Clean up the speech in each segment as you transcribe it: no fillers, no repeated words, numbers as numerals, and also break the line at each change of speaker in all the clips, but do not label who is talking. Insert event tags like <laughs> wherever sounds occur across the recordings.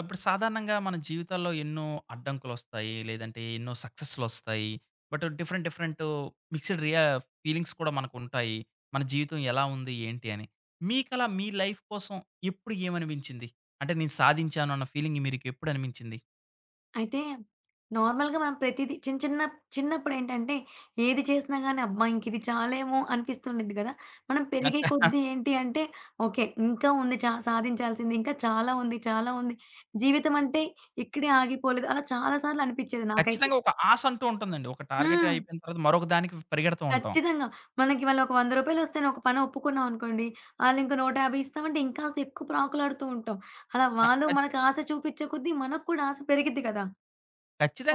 ఇప్పుడు సాధారణంగా మన జీవితాల్లో ఎన్నో అడ్డంకులొస్తాయి. లేదంటే ఎన్నో సక్సెస్‌లొస్తాయి. బట్ డిఫరెంట్ డిఫరెంట్ మిక్స్డ్ రియా ఫీలింగ్స్ కూడా మనకుంటాయి. మన జీవితం ఎలా ఉంది? ఏంటి అని. మీకలా మీ లైఫ్ కోసం ఎప్పుడు ఏమనిపించింది? అంటే నేను సాధించాను అన్న ఫీలింగ్ మీరికెప్పుడు అనిపించింది?
అయితే నార్మల్‌గా మనం ప్రతీదీ చిన్న చిన్న చిన్నప్పుడేంటంటే ఏది చేసినా గాని అబ్బా! ఇంక ఇది చాలేమో అనిపిస్తుండిద్ది గదా! మనం పెరిగే
నాకు
కొద్దీ ఏంటి అంటే ఓకే, ఇంకా ఉంది చా సాధించాల్సింది. ఇంకా చాలా ఉంది. చాలా ఉంది. జీవితం అంటే ఇక్కడే ఆగిపోలేదు. అలా చాలా సార్లు అనిపిచ్చేది నాకైతే.
ఖచ్చితంగా ఒక ఆశ అంటూ ఉంటుందండి. ఒక టార్గెట్
హ్మ్.
అయిపోయిన తర్వాత మరొక దానికి పరిగెడుతూ ఉంటాం.
ఖచ్చితంగా. మనకి ఇవాళ ఒక రూ. 100 వస్తేనే ఒక పని ఒప్పుకున్నాం అనుకోండి. ఆళ్ళింక 150 ఇస్తామంటే ఇంకాస్త ఎక్కువ ప్రాకులాడుతూ ఉంటాం. అలా వాళ్ళు మనకు ఆశ చూపిచ్చే కొద్దీ మనకు కూడా ఆశ పెరిగిద్ది కదా!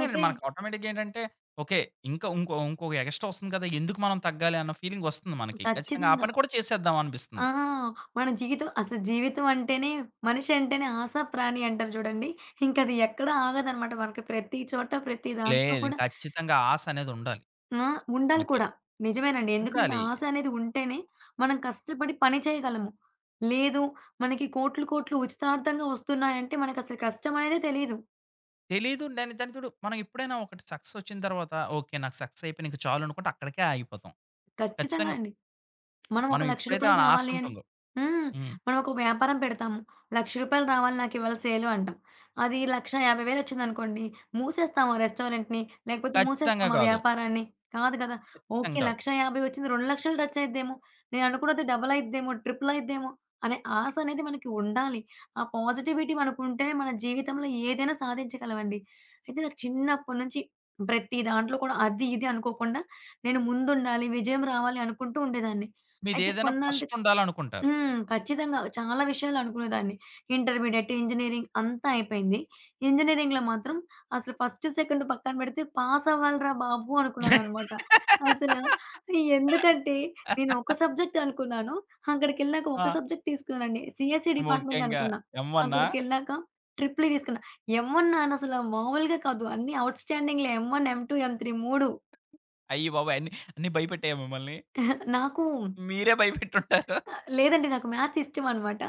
అయితే
మనకు ఆటోమేటిక్‌గా ఏంటంటే, ఓకే. ఇంకా ఇంకో ఇంకో ఎక్స్‌ట్రా వస్తుంది కదా! ఎందుకు మనం తగ్గాలి అన్న ఫీలింగ్ వస్తుంది మనకి. ఖచ్చితంగా ఆ
ఖచ్చితంగా.
పని కూడా చేసేద్దాం
ఆ!
అనిపిస్తుంది.
మన జీవితం అసలు జీవితం అంటేనే మనిషి అంటేనే ఆశ ప్రాణి అంటారు చూడండి. ఇంకది ఎక్కడ ఆగదనమాట. మనకి ప్రతి చోట, ప్రతి దాంట్లో
లేదు
కూడా
ఖచ్చితంగా ఆశ అనేది ఉండాలి
ఆ! ఉండాలి
మనకి.
కూడా. నిజమేనండి. ఎందుకంటే
ఉండాలి.
ఆశ అనేది ఉంటేనే మనం కష్టపడి పని చేయగలము. లేదు, మనకి కోట్లు, కోట్లు ఉచితార్థంగా వస్తున్నాయంటే మనకసలు కష్టం అనేదే తెలీదు.
తెలీదు దానికి తోడు మనం ఎప్పుడైనా ఒకటి సక్సెస్ వచ్చిన తర్వాత, ఓకే. నాకు సక్సెస్ అయిపోయింది ఇంక చాలు అనుకుంటే అక్కడికే ఆగిపోతాం.
ఖచ్చితంగా
ఖచ్చితంగా
అండి. మనం ఒక
మనం
రూ. 1,00,000
ఎప్పుడైతే మన ఆశ
రావాలి అని
ఉంటుందో
హ్మ్.
హ్మ్.
మనం ఒక వ్యాపారం పెడతాము. రూ. 1,00,000 రావాలి నాకు ఇవాళ సేలు అంటాం. అది 1,50,000 వచ్చిందనుకోండి, మూసేస్తాం ఆ రెస్టారెంట్‌ని, లేకపోతే
ఖచ్చితంగా
మూసేస్తాం ఆ
కాదు.
వ్యాపారాన్ని. కాదు కదా!
ఖచ్చితంగా
ఓకే,
కాదు.
1,50,000 వచ్చింది 2,00,000 టచ్ అయిద్దేమో, నేను అనుకున్నది డబుల్ అయిద్దేమో, ట్రిపుల్ అయిద్దేమో అనే ఆశ అనేది మనకి ఉండాలి. ఆ పాజిటివిటీ మనకుంటేనే మన జీవితంలో ఏదైనా సాధించగలమండి. అయితే నాకు చిన్నప్పటి నుంచి ప్రతి దాంట్లో కూడా అది ఇది అనుకోకుండా నేను ముందుండాలి, విజయం రావాలి అనుకుంటూ ఉండేదాన్ని. అయితే
మీదేదైనా ఫస్ట్ ఉండాలనుకుంటారు.
హ్మ్. ఖచ్చితంగా. చాలా విషయాలు అనుకునేదాన్ని. ఇంటర్మీడియేట్, ఇంజినీరింగ్ అంతా అయిపోయింది. ఇంజినీరింగ్‌లో మాత్రం అసలు ఫస్ట్, సెకండ్ పక్కన పెడితే పాస్ అవ్వాలిరా బాబు! అనుకున్నాననమాట. అసలా ఎందుకంటే నేను ఒక సబ్జెక్ట్ అనుకున్నాను. అక్కడికెళ్ళాక
ఆ!
ఒక సబ్జెక్ట్ తీసుకున్నానండి. సీఎస్ఈ డిపార్ట్మెంట్
ముఖ్యంగా
అనుకున్నా.
ఎమ్మన్నా
అక్కడికెళ్ళాక ట్రిపుల్ ఈ తీసుకున్నా. ఎమ్-1 నాన్న అసల మామూలుగా కాదు. అన్నీ ఔట్‌స్టాండింగ్‌లే ఎమ్-1, ఎమ్-2, ఎమ్-3 3.
అయ్య బాబోయ్! అన్ని అన్ని భయపెట్టాయా మిమ్మల్ని?
నాకు
మీరే భయపెట్టుంటారు.
లేదండి, నాకు మ్యాథ్స్ ఇష్టమనమాట.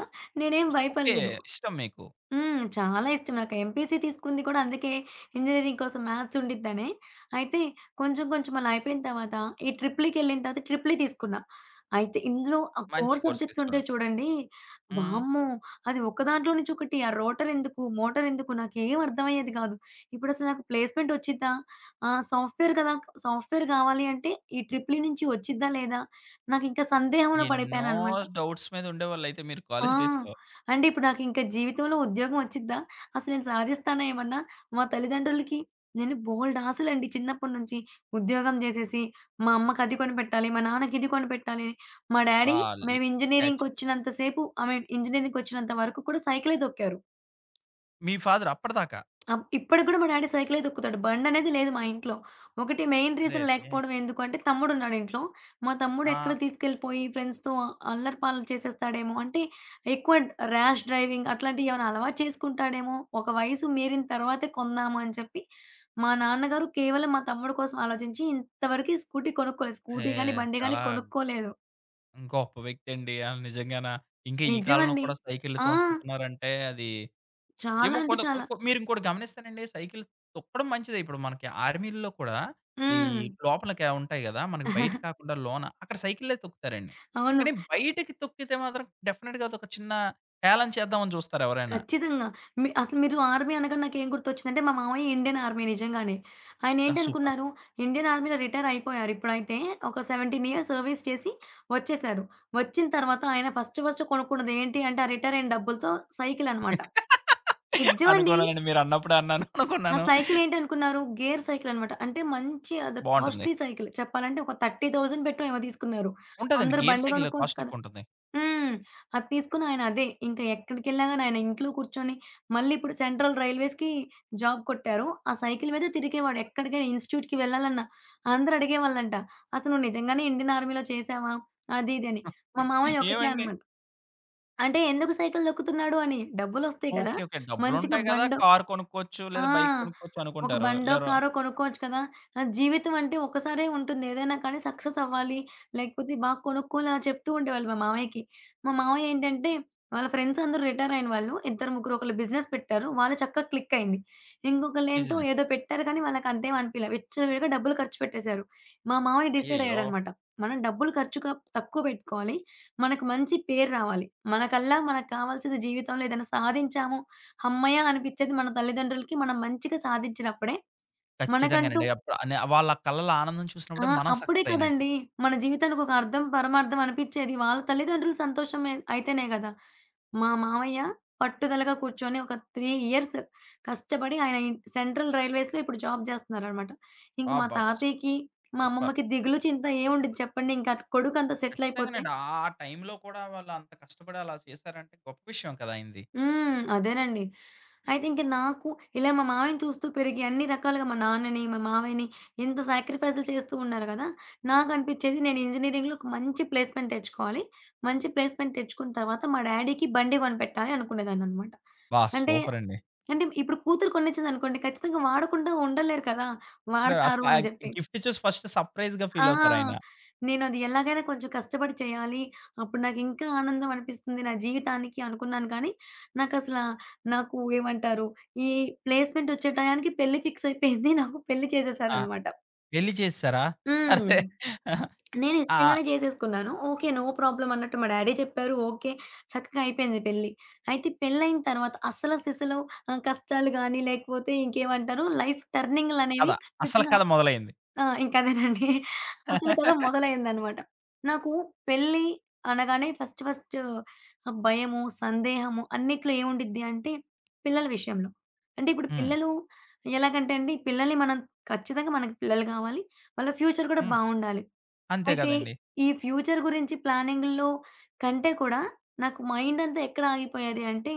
నేనేం
ఓకే.
భయపడలేదు.
ఇష్టం మీకు.
హ్మ్. చాలా ఇష్టం. నాకు ఎంపీసీ తీసుకుంది కూడా అందుకే, ఇంజినీరింగ్ కోసం మ్యాథ్స్ ఉండిద్దనే. అయితే కొంచెం కొంచెం అలా అయిపోయిన తర్వాత ఈ ట్రిపులీకెళ్ళిన తర్వాత ట్రిపులీ తీసుకున్నా. అయితే ఇందులో ఆ
మంచి
కోర్
కోర్స్
సబ్జెక్ట్స్ ఉంటాయి
తీసుకున్నారు.
చూడండి.
హ్మ్.
వామ్మో! అది ఒక్క దాంట్లో నుంచి ఒకటి ఆ రోటర్ ఎందుకు? మోటర్ ఎందుకు? నాకేం అర్థమయ్యేది కాదు. ఇప్పుడసలు నాకు ప్లేస్‌మెంట్ వచ్చిద్దా? సాఫ్ట్‌వేర్ కదా! సాఫ్ట్‌వేర్ కావాలి అంటే ఈ ట్రిపులీ నుంచి వచ్చిద్దా లేదా? నాకింకా సందేహంలో
ఎన్నో
పడిపోయాననమాట.
డౌట్స్ మీద ఉండేవాళ్ళైతే మీరు
ఆ!
కాలేజ్ డేస్‌లో.
అంటే ఇప్పుడు నాకింక జీవితంలో ఉద్యోగం వచ్చిద్దా? అసలు నేను సాధిస్తానా ఏమన్నా? మా తల్లిదండ్రులకి నేను బోలెడు ఆశలండి చిన్నప్పటి నుంచి. ఉద్యోగం జేసేసి, మా అమ్మకి అది కొనిపెట్టాలి, మా నాన్నకి ఇది కొనిపెట్టాలి. మా డ్యాడీ
బాల్లీ
మేము
క్యాచ్.
ఇంజినీరింగ్‌కొచ్చినంత సేపు ఐ మీన్ ఇంజినీరింగ్‌కొచ్చినంత వరకు కూడా సైకిలే తొక్కారు.
మీ ఫాదర్ అప్పటిదాకా?
అప్ ఇప్పటికి గూడా మా డ్యాడీ సైకిలే తొక్కుతాడు. బండనేది లేదు మా ఇంట్లో. ఒకటి మెయిన్ రీజన్
అరెరే!
లేకపోవడం ఎందుకు అంటే తమ్ముడున్నాడు ఇంట్లో. మా తమ్ముడు ఎక్కడ
ఆ!
తీసుకెళ్ళిపోయి ఫ్రెండ్స్‌తో అల్లరి పాలు చేసేస్తాడేమో! అంటే ఎక్కువ ర్యాష్ డ్రైవింగ్ అట్లాంటివి ఏమైనా అలవాటు చేసుకుంటాడేమో! ఒక వయసు మీరిన తర్వాతే కొందాము అని చెప్పి మా నాన్నగారు కేవలం మా తమ్ముడు కోసం ఆలోచించి ఇంతవరకి స్కూటీ కొనుక్కోలేదు.
ఏ
స్కూటీ గాని, బండి గాని
చాలా
కొనుక్కోలేదు.
గొప్ప వ్యక్తండి. ఆళ్ళు నిజంగాన. ఇంకా ఈ కాలంలో
నిజమండి.
కూడా సైకిల్లు
ఆ!
తొక్కుతున్నారంటే అది
చాలా
ఏమో
అంటే
కొంత కొ
చాలా.
కొ మీరింకోటి గమనిస్తేనండి సైకిల్ తొక్కడం మంచిదే. ఇప్పుడు మనకి ఆర్మీల్లో కూడా ఈ
హ్మ్.
లోపలకి ఉంటాయి గదా! మనకి బయట కాకుండా లోన అక్కడ సైకిల్లే తొక్కుతారండి.
అవును.
కానీ బయటకి తొక్కితే మాత్రం డెఫినిట్‌గా అదొక చిన్న హేళన చేద్దామని చూస్తారు ఎవరైనా.
ఖచ్చితంగా. మీ అసలు మీరు ఆర్మీ అనగానే నాకేం గుర్తొచ్చిందంటే, మా మామయ్య ఇండియన్ ఆర్మీ నిజంగానే.
ఆ! సూపర్.
ఆయనేంటనుకున్నారు, ఇండియన్ ఆర్మీలో రిటైర్ అయిపోయారు ఇప్పుడైతే. ఒక 17 ఇయర్స్ సర్వీస్ చేసి వచ్చేశారు. వచ్చిన తర్వాత ఆయన ఫస్ట్ ఫస్ట్ కొనుక్కున్నది ఏంటి అంటే, ఆ రిటైర్ అయిన డబ్బులతో సైకిలనమాట. నిజమండి.
అనుకోన్నానండి మీరన్నప్పుడే అన్నాను
ఆ
అనుకున్నాను.
సైకిలేంటనుకున్నారు, గేర్ సైకిలనమాట. అంటే మంచి అది
బావుంటుంది.
Costly cycle. చెప్పాలంటే ఒక 30,000 పెట్టో ఏమో తీసుకున్నారు.
ఉంటదండి
అందరూ
గేర్
బండి
సైకిల్
కొనుక్కోవచ్చు
కాస్ట్
కదా!
ఎక్కువుంటుంది.
హ్మ్. అది తీసుకొని ఆయన అదే ఇంక ఎక్కడికెళ్ళినా గాని ఆయన ఇంట్లో కూర్చొని మళ్ళీ ఇప్పుడు సెంట్రల్ రైల్వేస్‌కి జాబ్ కొట్టారు. ఆ సైకిల్ మీద తిరిగేవాడు. ఎక్కడికైనా ఇన్‌స్టిట్యూట్‌కి వెళ్ళాలన్నా అందరూ అడిగేవాళ్ళంట, "అసలు నువ్వు నిజంగానే ఇండియన్ ఆర్మీలో చేశావా?" అది ఇది అని. మా మామయ్య ఒకటే
ఏమండి
అన్నమాట. అంటే ఎందుకు సైకిల్ తొక్కుతున్నాడు అని, డబ్బులొస్తాయి కదా!
ఓకే. ఓకే.
మంచిగా
డబ్బులుంటాయి కదా!
బండో
కార్ కొనుక్కోవచ్చు
ఆ!
లేదా బైక్ కొనుక్కోవచ్చు
ఒక
అనుకుంటారు.
బండో,
లేరు
కారో కొనుక్కోవచ్చు కదా! జీవితం అంటే ఒక్కసారే ఉంటుంది. ఏదైనా కానీ సక్సెస్ అవ్వాలి. లేకపోతే బాగా కొనుక్కోవాలి అలా చెప్తూ ఉండేవాళ్ళు మా మామయ్యకి. మా మామయ్య ఏంటంటే వాళ్ళ ఫ్రెండ్స్ అందరూ రిటైర్ అయిన వాళ్ళు. ఇద్దరు, ముగ్గురు ఒకళ్ళు బిజినెస్ పెట్టారు. వాళ్ళు చక్కగా క్లిక్ అయింది. ఇంకొకళ్ళేంటో
బిజినెస్.
ఏదో పెట్టారు కానీ వాళ్ళకి అంతేం అనిపియలే. విచ్చలవిడిగా డబ్బులు ఖర్చు పెట్టేశారు. మా మామయ్య డిసైడ్
అయ్యయ్యో!
అయ్యాడనమాట. మనం డబ్బులు ఖర్చు క తక్కువ పెట్టుకోవాలి. మనకు మంచి పేరు రావాలి. మనకల్లా మనకు కావాల్సింది జీవితంలో ఏదైనా సాధించాము హమ్మయ్య! అనిపిచ్చేది మన తల్లిదండ్రులకి మనం మంచిగా సాధించినప్పుడే. మనకంటూ
ఖచ్చితంగానండి. అప్పుడు అనే వాళ్ళ కళ్ళలో ఆనందం
ఆ!
చూసినప్పుడే మనం
అప్పుడే
సక్సెస్ అయినట్టు.
కదండీ! మన జీవితానికి ఒక అర్థం, పరమార్థం అనిపిచ్చేది. వాళ్ళ తల్లిదండ్రులు సంతోషమే అయితేనే గదా! మా మామయ్య పట్టుదలగా కూర్చొని ఒక 3 ఇయర్స్ కష్టపడి ఆయన ఇన్ సెంట్రల్ రైల్వేస్‌లో ఇప్పుడు జాబ్ జేస్తున్నారనమాట. ఇంక మా
అబ్బబ్బా!
తాతయ్యకి, మా
సూపర్.
అమ్మమ్మకి దిగులు, చింత ఏముండిద్ది చెప్పండి? ఇంక కొడుకంత సెటిల్ అయిపోతే.
ఖచ్చితంగానండి. ఆ టైంలో కూడా వాళ్ళు అంత కష్టపడి అలా చేశారంటే గొప్ప విషయం కదా! అయింది.
హ్మ్. అదేనండి. అయితే ఇంక నాకు ఇలా మా మామయ్యని చూస్తూ పెరిగి అన్ని రకాలుగా మా నాన్నని, మా మామయ్యని ఇంత సాక్రిఫైస్‌లు చేస్తూ ఉన్నారు గదా! నాకనిపిచ్చేది నేను ఇంజినీరింగ్‌లో ఒక మంచి ప్లేస్‌మెంట్ తెచ్చుకోవాలి. మంచి ప్లేస్‌మెంట్ తెచ్చుకున్న తర్వాత మా డ్యాడీకి బండి కొనిపెట్టాలి అనుకునేదాన్ననమాట.
అబ్బా!
అంటే
సూపర్ అండి.
అంటే ఇప్పుడు కూతురు కొనిచ్చిందనుకోండి ఖచ్చితంగా వాడకుండా ఉండలేరు కదా!
అంటే
వాడతారు
అసలు ఆ
అని జెప్పి.
గిఫ్ట్ చూసి ఫస్ట్ సర్ప్రైజ్‌గా ఫీల్ అవుతారాయన.
ఆ! నేనది ఎలాగైనా కొంచెం కష్టపడి చేయాలి. అప్పుడు నాకింకా ఆనందం అనిపిస్తుంది నా జీవితానికి అనుకున్నాను కానీ, నాకసల నాకు ఏమంటారు, ఈ ప్లేస్‌మెంట్ వచ్చే టయానికి పెళ్లి ఫిక్స్ అయిపోయింది. నాకు పెళ్లి
ఆ!
చేసేసారనమాట.
పెళ్లి చేసేసారా?
హ్మ్.
అరే!
నేను
ఆ!
ఇష్టంగానే చేసేసుకున్నాను. ఓకే. నో ప్రాబ్లమ్ అన్నట్టు మా డ్యాడీ చెప్పారు. ఓకే. చక్కగా అయిపోయింది పెళ్లి. అయితే పెళ్లయిన తర్వాత అస్సల సిసలు కష్టాలు గాని, లేకపోతే ఇంకేమంటారు లైఫ్
కథ.
టర్నింగ్‌లనేవి
అసలు
ఖచ్చితంగా
కథ మొదలైంది.
ఆ! ఇంకదేనండి. అసలు కథ మొదలైందనమాట. నాకు పెళ్లి అనగానే ఫస్ట్ ఫస్ట్ భయము, సందేహము అన్నిట్లో ఏముండిద్ది అంటే పిల్లల విషయంలో. అంటే ఇప్పుడు
హ్మ్.
పిల్లలు ఎలాగంటే అండి పిల్లల్ని మనం ఖచ్చితంగా మనకు పిల్లలు కావాలి. వాళ్ళ ఫ్యూచర్ కూడా
హ్మ్.
బావుండాలి.
అంతే
అయితే
గదండీ!
ఈ ఫ్యూచర్ గురించి ప్లానింగ్‌లో కంటే కూడా నాకు మైండంతా ఎక్కడ ఆగిపోయేది అంటే,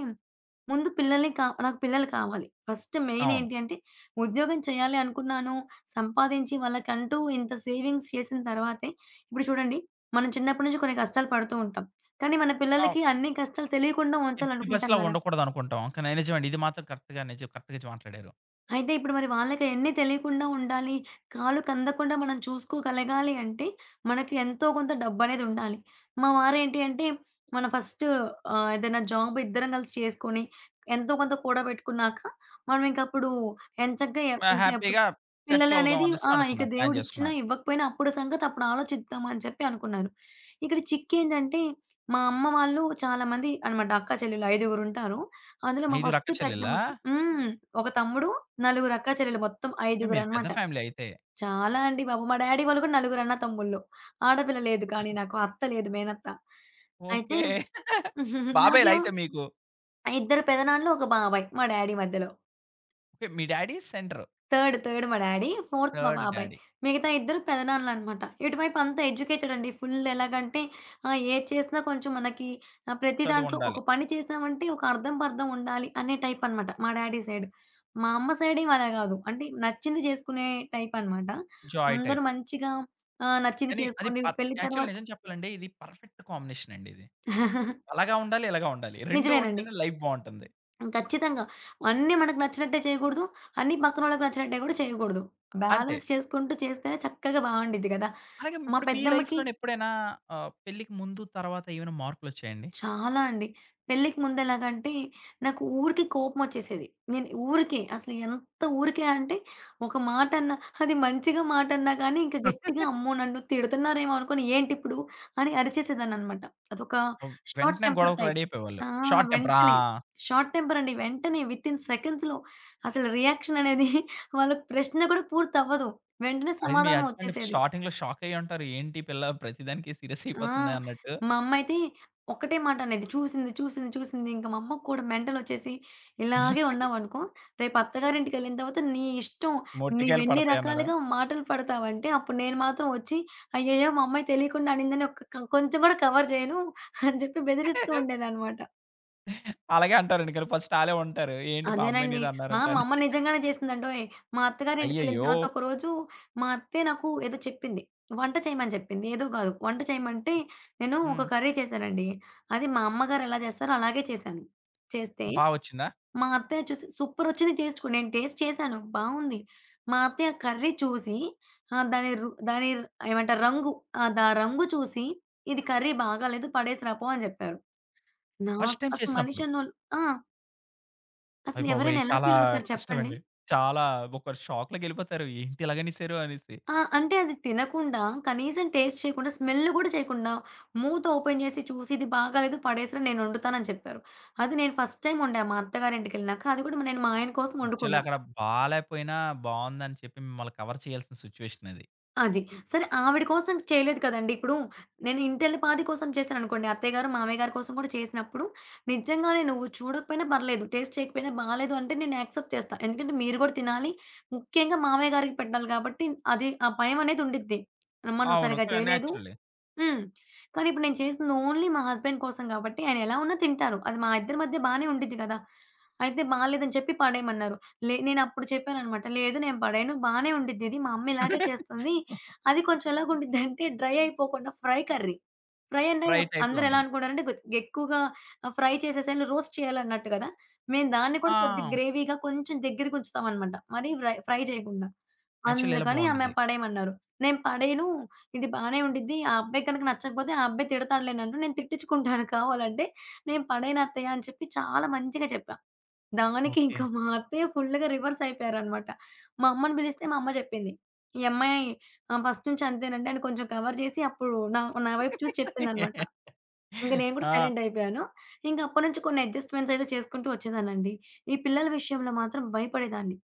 ముందు పిల్లల్ని కా నాకు పిల్లలు కావాలి. ఫస్ట్ మెయిన్
అవును.
ఏంటి అంటే ఉద్యోగం చేయాలి అనుకున్నాను. సంపాదించి వాళ్ళకంటూ ఇంత సేవింగ్స్ చేసిన తర్వాతే ఇప్పుడు చూడండి మనం చిన్నప్పటి నుంచి కొన్ని కష్టాలు పడుతూ ఉంటాం. కానీ మన
అవ్
పిల్లలకి అన్ని కష్టాలు తెలియకుండా
ఎట్టి
ఉంచాలనుకుంటాం
పరిస్థితిలో అలా
గదా!
ఉండకూడదనుకుంటాం. కానీ నిజమండి. ఇది మాత్రం కరెక్ట్‌గా నిజం కరెక్ట్‌గా మాట్లాడారు.
అయితే ఇప్పుడు మరి వాళ్ళకి అయన్నీ తెలియకుండా ఉండాలి. కాలు కందకుండా మనం చూసుకోగలగాలి అంటే, మనకి ఎంతో కొంత డబ్బనేది ఉండాలి. మా వారేంటి అంటే, మనం ఫస్ట్ ఏదైనా జాబ్ ఇద్దరం కలిసి చేసుకొని, ఎంతో కొంత కూడబెట్టుకున్నాక, మనమింకప్పుడు ఎంచక్కా
ఆ!
ఇంకెప్పుడు
హ్యాపీగా సెటిల్ అవుదాం
పిల్లలనేది
అనేసి
ఆ! ఇక
అనుకున్నారు. ప్లాన్
దేవుడిచ్చినా,
చేసుకున్నారు.
ఇవ్వకపోయినా అప్పుడు సంగతి అప్పుడు ఆలోచిద్దాం అని చెప్పి అనుకున్నాను. ఇక్కడ చిక్కేంటంటే, మా అమ్మ వాళ్ళు చాలామంది అనమాట అక్కా చెల్లెలు ఐదుగురుంటారు. అందులో మా
5
ఫస్ట్
అక్క చెల్లెల్లా?
పెద్దమ్మకి హ్మ్. ఒక తమ్ముడు, నలుగురు అక్కా చెల్లెలు మొత్తం
ఓకే. మీది పెద్ద
ఐదుగురనమాట.
ఫ్యామిలీ అయితే.
చాలా అండి బాబు. మా డ్యాడీ వాళ్ళు కూడా నలుగురు అన్న తమ్ముళ్ళు. ఆడపిల్ల లేదు కానీ నాకు. అత్త లేదు మేనత్త. అయితే
ఓకే.
<laughs> నాకేమో
బాబాయిలయితే మీకు.
ఇద్దరు పెదనాన్నలు, ఒక బాబాయ్ మా డ్యాడీ మధ్యలో.
ఓకే. మీ డ్యాడీ సెంటరు.
థర్డ్, థర్డ్ మా డ్యాడీ. ఫోర్త్ మా
థర్డ్
బాబాయ్.
డ్యాడీ.
మిగతా ఇద్దరు పెదనాన్నలనమాట. ఇటువైపు అంతా ఎడ్యుకేటెడ్ అండి. ఫుల్ ఎలాగంటే ఏది చేసినా కొంచెం మనకి ప్రతి దాంట్లో
చదువుండాలి.
ఒక పని చేసామంటే ఒక అర్థం, పర్థం ఉండాలి అనే టైప్ అనమాట మా డ్యాడీ సైడ్. మా అమ్మ సైడ్ ఏం అలా గాదు. అంటే నచ్చింది చేసుకునే టైప్ అనమాట.
జాయ్
అందరూ
టైప్.
మంచిగా నచ్చింది
కానీ అది
చేసుకోండి.
పర్
పెళ్లి
యాక్చువల్
తర్వాత
నిజం చెప్పాలంటే ఇది పర్ఫెక్ట్ కాంబినేషన్ అండి ఇది.
<laughs>
అలాగా ఉండాలి, ఇలాగా ఉండాలి. 2
నిజమేనండి.
ఉంటేనే లైఫ్ బావుంటుంది.
ఖచ్చితంగా. అన్నీ మనకు నచ్చినట్టే చేయకూడదు. అన్నీ పక్కనోళ్ళకి నచ్చినట్టే కూడా చేయకూడదు.
అంతే.
బ్యాలెన్స్ చేసుకుంటూ చేస్తేనే చక్కగా బావుండిద్ది గదా!
అలాగే
మా
ఇప్పుడు మీ
పెద్దమ్మకి
లైఫ్‌లోనే ఎప్పుడైనా పెళ్ళికి ముందు, తర్వాత ఏమైనా మార్పులొచ్చాయండి?
చాలా అండి. పెళ్ళికి ముందెలాగంటే, నాకు ఊరికే కోపమొచ్చేసేది. నేను ఊరికే అసలు ఎంత ఊరికే అంటే, ఒక మాటన్నా అది మంచిగా మాటన్నా కానీ, ఇంక గట్టిగా అమ్మో! నన్ను తిడుతున్నారేమో అనుకోని ఏంటిప్పుడు అని అరిచేసేదాన్ననమాట. అదొక షార్ట్
వెంటనే
టెంపర్
గొడవకు
టైప్.
రెడీ అయిపోయేవాళ్ళు.
ఆ!
Short temper. ఆ!
వెంటనే షార్ట్ టెంపర్ అండి. వెంటనే వితిన్ సెకండ్స్‌లో అసలు రియాక్షన్ అనేది <laughs> వాళ్ళకి ప్రశ్న కూడా పూర్తవ్వదు. వెంటనే
అయితే మీ
సమాధానం
హస్బెండ్
ఒచ్చేసేది.
స్టార్టింగ్‌లో షాక్ అయ్యుంటారు. ఏంటి ఈ పిల్ల ప్రతిదానికి సీరియస్
ఆ!
అయిపోతుంది అన్నట్టు.
మా అమ్మయితే ఒక్కటే మాట అనేది. చూసింది, చూసింది, చూసింది. ఇంక మా అమ్మకి కూడా మెంటలొచ్చేసి, ఇలాగే ఉన్నావనుకో, రేపు అత్తగారింటికెళ్ళిన తర్వాత నీ ఇష్టం.
మొట్టికాయలు
నీవెన్ని
పడతాయన్నారా?
రకాలుగా మాటలు పడతావంటే, అప్పుడు నేను మాత్రం వచ్చి, అయ్యయ్యో! మా అమ్మాయి తెలియకుండా అనిందని ఒక్క కొంచెం కూడా కవర్ చేయను అని చెప్పి బెదిరిస్తూ ఉండేదనమాట.
అలాగే అంటారు ఎందుకని ఫస్ట్ ఆళ్ళే ఉంటారు. ఏంటి మా
అదేనండి.
అమ్మాయినేదో
ఆ!
అన్నారంట
మా
అని.
అమ్మ నిజంగానే చేసిందండోయ్! మా అత్తగారింటికెళ్ళిన
అయ్యయ్యో!
తర్వాత ఒకరోజు మా అత్తే నాకు ఏదో చెప్పింది. వంట చేయమని చెప్పింది. ఏదో కాదు. వంట చేయమంటే నేను ఒక
హ్మ్.
కర్రీ చేశానండి. అది మా అమ్మగారు ఎలా చేస్తారో అలాగే చేశాను. చేస్తే
బా వచ్చిందా?
మా అత్తయ్య చూసి సూపరొచ్చింది టేస్ట్ కూడా. నేను టేస్ట్ చేశాను. బావుంది. మా అత్తయ్య కర్రీ చూసి దాని ఏమంటారు రంగు ఆ! రంగు చూసి "ఇది కర్రీ బాగాలేదు పడేసిరా పో" అని చెప్పారు. నాకు
ఫస్ట్ టైమ్
అసలు
చేసినప్పుడు.
మనిషన్నోళ్ళు ఆ! అసలు
అయ్యబాబోయ్!
ఎవరైనా ఎలా
చాలా
ఫీల్ అవుతారు చెప్పండి?
కష్టమండి. చాలా ఒక షాక్‌లోకెళ్ళిపోతారు. ఏంటి ఇలాగనేసారు అనేసి.
ఆ! అంటే అది తినకుండా, కనీసం టేస్ట్ చేయకుండా, స్మెల్ గూడా చేయకుండా, మూత ఓపెన్ చేసి చూసి ఇది బాగాలేదు పడేసిరా నేను వండుతానని చెప్పారు. అది నేను ఫస్ట్ టైమ్ వండా మా అత్తగారింటికెళ్ళినాక. అది కూడా నేను మా ఆయన కోసం
యాక్చువల్లీ
వండుకున్నా.
అక్కడ బాలేకపోయినా బావుందని చెప్పి మిమ్మల్ని కవర్ చేయాల్సిన సిట్యుయేషన్ అది.
అది. సరే ఆవిడ కోసం చేయలేదు కదండీ! ఇప్పుడు నేను ఇంటలిపాది కోసం చేశాననుకోండి. అత్తయ్యగారు, మామయ్యగారి కోసం కూడా చేసినప్పుడు నిజంగానే నువ్వు చూడకపోయినా పర్లేదు, టేస్ట్ చేయకపోయినా బాలేదు అంటే నేను యాక్సెప్ట్ చేస్తా. ఎందుకంటే మీరు కూడా తినాలి. ముఖ్యంగా మామయ్య గారికి పెట్టాలి కాబట్టి అది ఆ భయమనేది ఉండిద్ది. అమ్మ! నువ్వు
అవును.
సరిగ్గా
క
చేయలేదు
నేచురలే.
హ్మ్. కానీ ఇప్పుడు నేను చేసింది ఓన్లీ మా హస్బెండ్ కోసం కాబట్టి ఆయన ఎలా ఉన్నా తింటారు. అది మా ఇద్దరి మధ్య బానే ఉండిద్ది కదా! అయితే బాలేదని చెప్పి పడేయమన్నారు. నేనప్పుడు చెప్పాననమాట. లేదు నేను పడేయను బానే ఉండిద్ది ఇది. మా అమ్మ ఇలాగే చేస్తుంది. అది కొంచెం ఎలాగుండిద్దంటే డ్రై అయిపోకుండా ఫ్రై కర్రీ. ఫ్రై అంటే
ఫ్రై టైప్‌లో
అందరూ ఎలా
ఉంటుంది.
అనుకుంటారంటే ఎక్కువగా ఫ్రై చేసేసేయాలి, రోస్ట్ చేయాలన్నట్టు కదా! మేము దాన్ని కూడా
ఆ!
కొద్దిగా గ్రేవీగా కొంచెం దగ్గరకి ఉంచుతామనమాట. మరీ ఫ్రై ఫ్రై చేయకుండా.
యాక్చువల్లీ ఇలా
అందుకని ఆమె
బావుంటది.
పడేయమన్నారు. నేను పడేయను. ఇది బానే ఉండిద్ది. ఆ అబ్బాయి గనక నచ్చకపోతే ఆ అబ్బాయి తిడతాడులే నన్ను. నేను తిట్టించుకుంటాను కావాలంటే. నేను పడేయను అత్తయ్య అని చెప్పి చాలా మంచిగా చెప్పా. దానికి
ఓకే.
ఇంకా మా అత్తయ్య ఫుల్‌గా రివర్స్ అయిపోయారనమాట. మా అమ్మని పిలిస్తే మా అమ్మ చెప్పింది. "ఈ అమ్మాయి ఫస్ట్ నుంచి అంతేనండి" అని కొంచెం కవర్ చేసి అప్పుడు నా నా వైపు చూసి చెప్పిందనమాట.
<laughs>
ఇంక నేను కూడా
ఆ!
సైలెంట్ అయిపోయాను. ఇంక అప్పటి నుంచి కొన్ని అడ్జస్ట్‌మెంట్స్ అయితే చేసుకుంటూ వచ్చేదాన్నండి. ఈ పిల్లల విషయంలో మాత్రం భయపడేదాన్ని.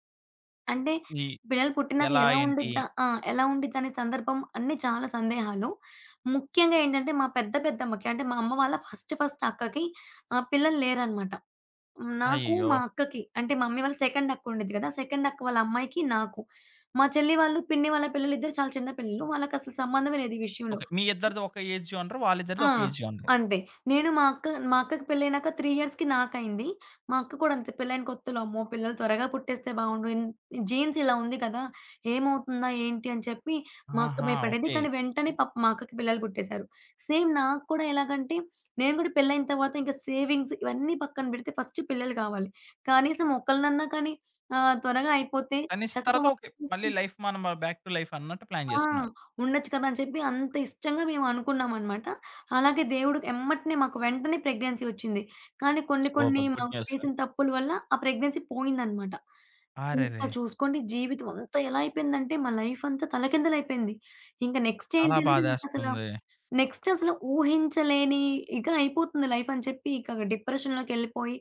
అంటే
ఈ
పిల్లలు పుట్టినాక
ఎలా
ఎలా
ఏంటి?
ఉండిద్దా ఆ! ఎలా ఉండిద్దనే సందర్భం అన్నీ చాలా సందేహాలు. ముఖ్యంగా ఏంటంటే మా పెద్దమ్మకి అంటే మా అమ్మ వాళ్ళ ఫస్ట్ ఫస్ట్ అక్కకి పిల్లలు లేరనమాట. నాకు,
అయ్యయ్యో!
మా అక్కకి అంటే మా మమ్మీ వాళ్ళ సెకండ్ అక్క ఉండిద్ది కదా! సెకండ్ అక్క వాళ్ళ అమ్మాయికి నాకు. మా చెల్లి వాళ్ళు, పిన్ని వాళ్ళ పిల్లలిద్దరూ చాలా చిన్న పిల్లలు. వాళ్ళకసలు సంబంధమే లేదు ఈ విషయంలో.
ఓకే. మీ ఇద్దరిది ఒక ఏజ్ జోనర్. వాళ్ళిద్దరిది
ఆ!
ఒక ఏజ్ జోనర్.
అంతే. నేను మా అక్క మా అక్కకి పెళ్లయినాక 3 ఇయర్స్‌కి నాకయింది. మా అక్క కూడా అంతే పెళ్లైన కొత్తలో అమ్మో! పిల్లలు త్వరగా పుట్టేస్తే బావుండు. ఇన్ జీన్స్ ఇలా ఉంది కదా! ఏమవుతుందా ఏంటి అని చెప్పి మా అక్క
ఆహా!
భయపడేది.
ఓకే.
కానీ వెంటనే పాపం మా అక్కకి పిల్లలు పుట్టేసారు. సేమ్ నాకు కూడా ఎలాగంటే నేను కూడా పెళ్లయిన తర్వాత ఇంకా సేవింగ్స్ ఇవన్నీ పక్కన పెడితే ఫస్ట్ పిల్లలు కావాలి. కనీసం ఒకళ్ళనన్నా కానీ త్వరగా అయిపోతే
కలిసిన
చక్కగా
తర్వాత ఓకే. మళ్ళీ
<unintelligible>
లైఫ్ మనం బ్యాక్ టు లైఫ్ అన్నట్టు ప్లాన్
ఆ!
చేసుకున్నారు.
ఉండొచ్చు కదా! అని చెప్పి అంత ఇష్టంగా మేమనుకున్నామనమాట. అలాగే దేవుడు ఎమ్మటనే మాకు వెంటనే ప్రెగ్నెన్సీ వచ్చింది. కానీ కొన్ని కొన్ని
సూపర్. గుడ్
మనం
న్యూస్.
చేసిన తప్పుల వల్ల ఆ ప్రెగ్నెన్సీ పోయిందనమాట. ఇంకా
అరెరే!
చూసుకోండి జీవితం అంతా ఎలా అయిపోయిందంటే మా లైఫ్ అంతా తలకిందలైపోయింది. ఇంకా నెక్స్ట్
చాలా
ఏంటి అనేది
బాధేస్తుంది.
నెక్స్ట్ అసలు ఊహించలేని ఇక అయిపోతుంది లైఫ్ అని చెప్పి ఇక డిప్రెషన్‌లోకెళ్ళిపోయి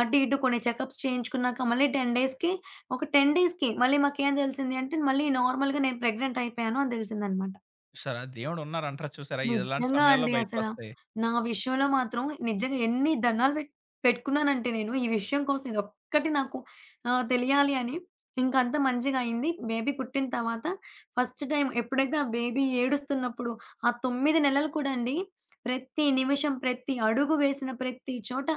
అటు ఇటు కొన్ని చెకప్స్ చేయించుకున్నాక మళ్ళీ 10 డేస్‌కి ఒక 10 డేస్‌కి మళ్ళీ మాకేం తెలిసింది అంటే మళ్ళీ నార్మల్‌గా నేను ప్రెగ్నెంట్ అయిపోయాను అని తెలిసిందనమాట.
చూసారా? దేవుడున్నారంటారు చూసారా? ఇలాంటి
నిజంగా
సమయాల్లో
అండి అసల.
బయటకొస్తాయి.
నా విషయంలో మాత్రం నిజంగా ఎన్ని దండాలు పెట్టుకున్నానంటే నేను ఈ విషయం కోసం ఇదొక్కటి నాకు తెలియాలి అని. ఇంకా అంతా మంచిగా అయింది. బేబీ పుట్టిన తర్వాత ఫస్ట్ టైమ్ ఎప్పుడైతే ఆ బేబీ ఏడుస్తున్నప్పుడు ఆ 9 నెలలు కూడా అండి ప్రతి నిమిషం, ప్రతి అడుగు వేసిన ప్రతి చోట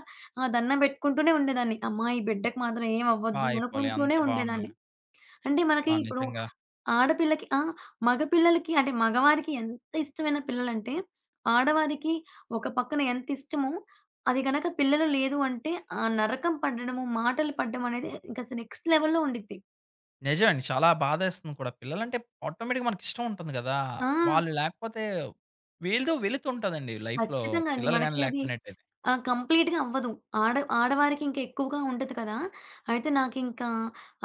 ఆ దండం పెట్టుకుంటూనే ఉండేదాన్ని. అమ్మా! ఈ బిడ్డకి మాత్రం ఏమి
బా
అవ్వద్దు
అయిపోవాలి.
అనుకుంటూనే
అంతా
ఉండేదాన్ని.
బావుండాలి.
అంటే మనకి
ఆ!
ఇప్పుడు
నిజంగా.
ఆడపిల్లకి ఆ! మగపిల్లలకి అంటే మగవారికి ఎంత ఇష్టమైన పిల్లలంటే, ఆడవారికి ఒక పక్కన ఎంత ఇష్టమో, అది గనక పిల్లలు లేదు అంటే, ఆ నరకం పడడము, మాటలు పడడం అనేది ఇంక అసలు నెక్స్ట్ లెవెల్‌లో ఉండిద్ది.
నిజమండి. చాలా బాధేస్తుంది కూడా. పిల్లలంటే ఆటోమేటిక్‌గా మనకిష్టం ఉంటుంది గదా!
ఆ!
వాళ్ళు లేకపోతే వీళ్ళదో వెలుతుంటదండి లైఫ్‌లో
ఖచ్చితంగా అండి.
పిల్లలు గాని
మనకి అది
లేకపోయినట్టయితే.
కంప్లీట్‌గా అవ్వదు. ఆడవారికి ఇంకా ఎక్కువగా ఉంటది కదా! అయితే నాకింకా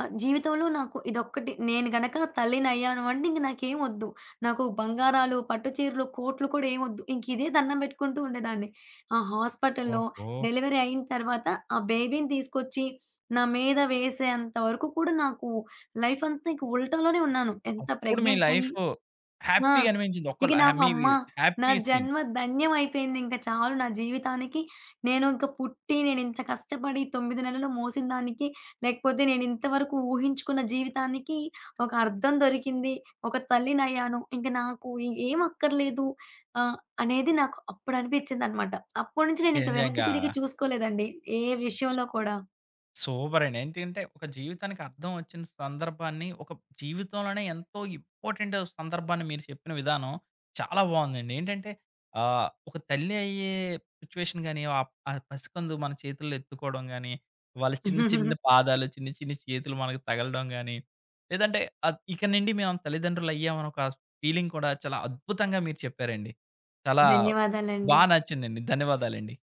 జీవితంలో నాకు ఇదొక్కటి నేను గనక తల్లినయ్యాను అంటే ఇంక నాకేం వద్దు. నాకు బంగారాలు, పట్టు చీరలు, కోట్లు కూడా ఏం వద్దు. ఇంక ఇదే దండం పెట్టుకుంటూ ఉండేదాన్ని. ఆ హాస్పిటల్‌లో
ఓహో!
డెలివరీ అయిన తర్వాత ఆ బేబీని తీసుకొచ్చి నా మీద వేసేంత వరకు కూడా నాకు లైఫ్ అంతా ఇంక ఉల్టాలోనే ఉన్నాను. ఎంత
అప్పుడు మీ
ప్రెగ్నెంట్ అయ్యి
లైఫ్
ఆ!
హ్యాపీగా అనిపించింది.
ఇక
ఒక్కళ్ళు
నాకు
మీ
అమ్మ నా
హ్యాపీ సీన్.
జన్మ ధన్యం అయిపోయింది. ఇంక చాలు నా జీవితానికి నేను ఇంక పుట్టి నేనింత కష్టపడి 9 నెలలు మోసిన దానికి, లేకపోతే నేనింతవరకు ఊహించుకున్న జీవితానికి ఒక అర్థం దొరికింది. ఒక తల్లినయ్యాను. ఇంక నాకు ఏం అక్కర్లేదు ఆహ్, అనేది నాకు అప్పుడు అనిపించిందనమాట. అప్పటినుంచి నేనింక వెనక్కి
నిజంగా.
తిరిగి చూసుకోలేదండి ఏ విషయంలో కూడా.
సూపరండి. ఎందుకంటే ఒక జీవితానికి అర్థం వచ్చిన సందర్భాన్ని, ఒక జీవితంలోనే ఎంతో ఇంపార్టెంట్ సందర్భాన్ని మీరు చెప్పిన విధానం చాలా బావుందండి. ఏంటంటే ఒక తల్లి అయ్యే సిట్యుయేషన్ గాని, ఆ పసికందు మన చేతుల్లో ఎత్తుకోవడం గాని, వాళ్ళ చిన్న చిన్న
<laughs>
పాదాలు, చిన్న చిన్న చేతులు మనకు తగలడం గాని, లేదంటే ఇక నుండి మేము తల్లిదండ్రులు అయ్యామని ఒక ఫీలింగ్ కూడా చాలా అద్భుతంగా మీరు చెప్పారండి. చాలా
ధన్యవాదాలండి.
బా నచ్చిందండి. ధన్యవాదాలండి.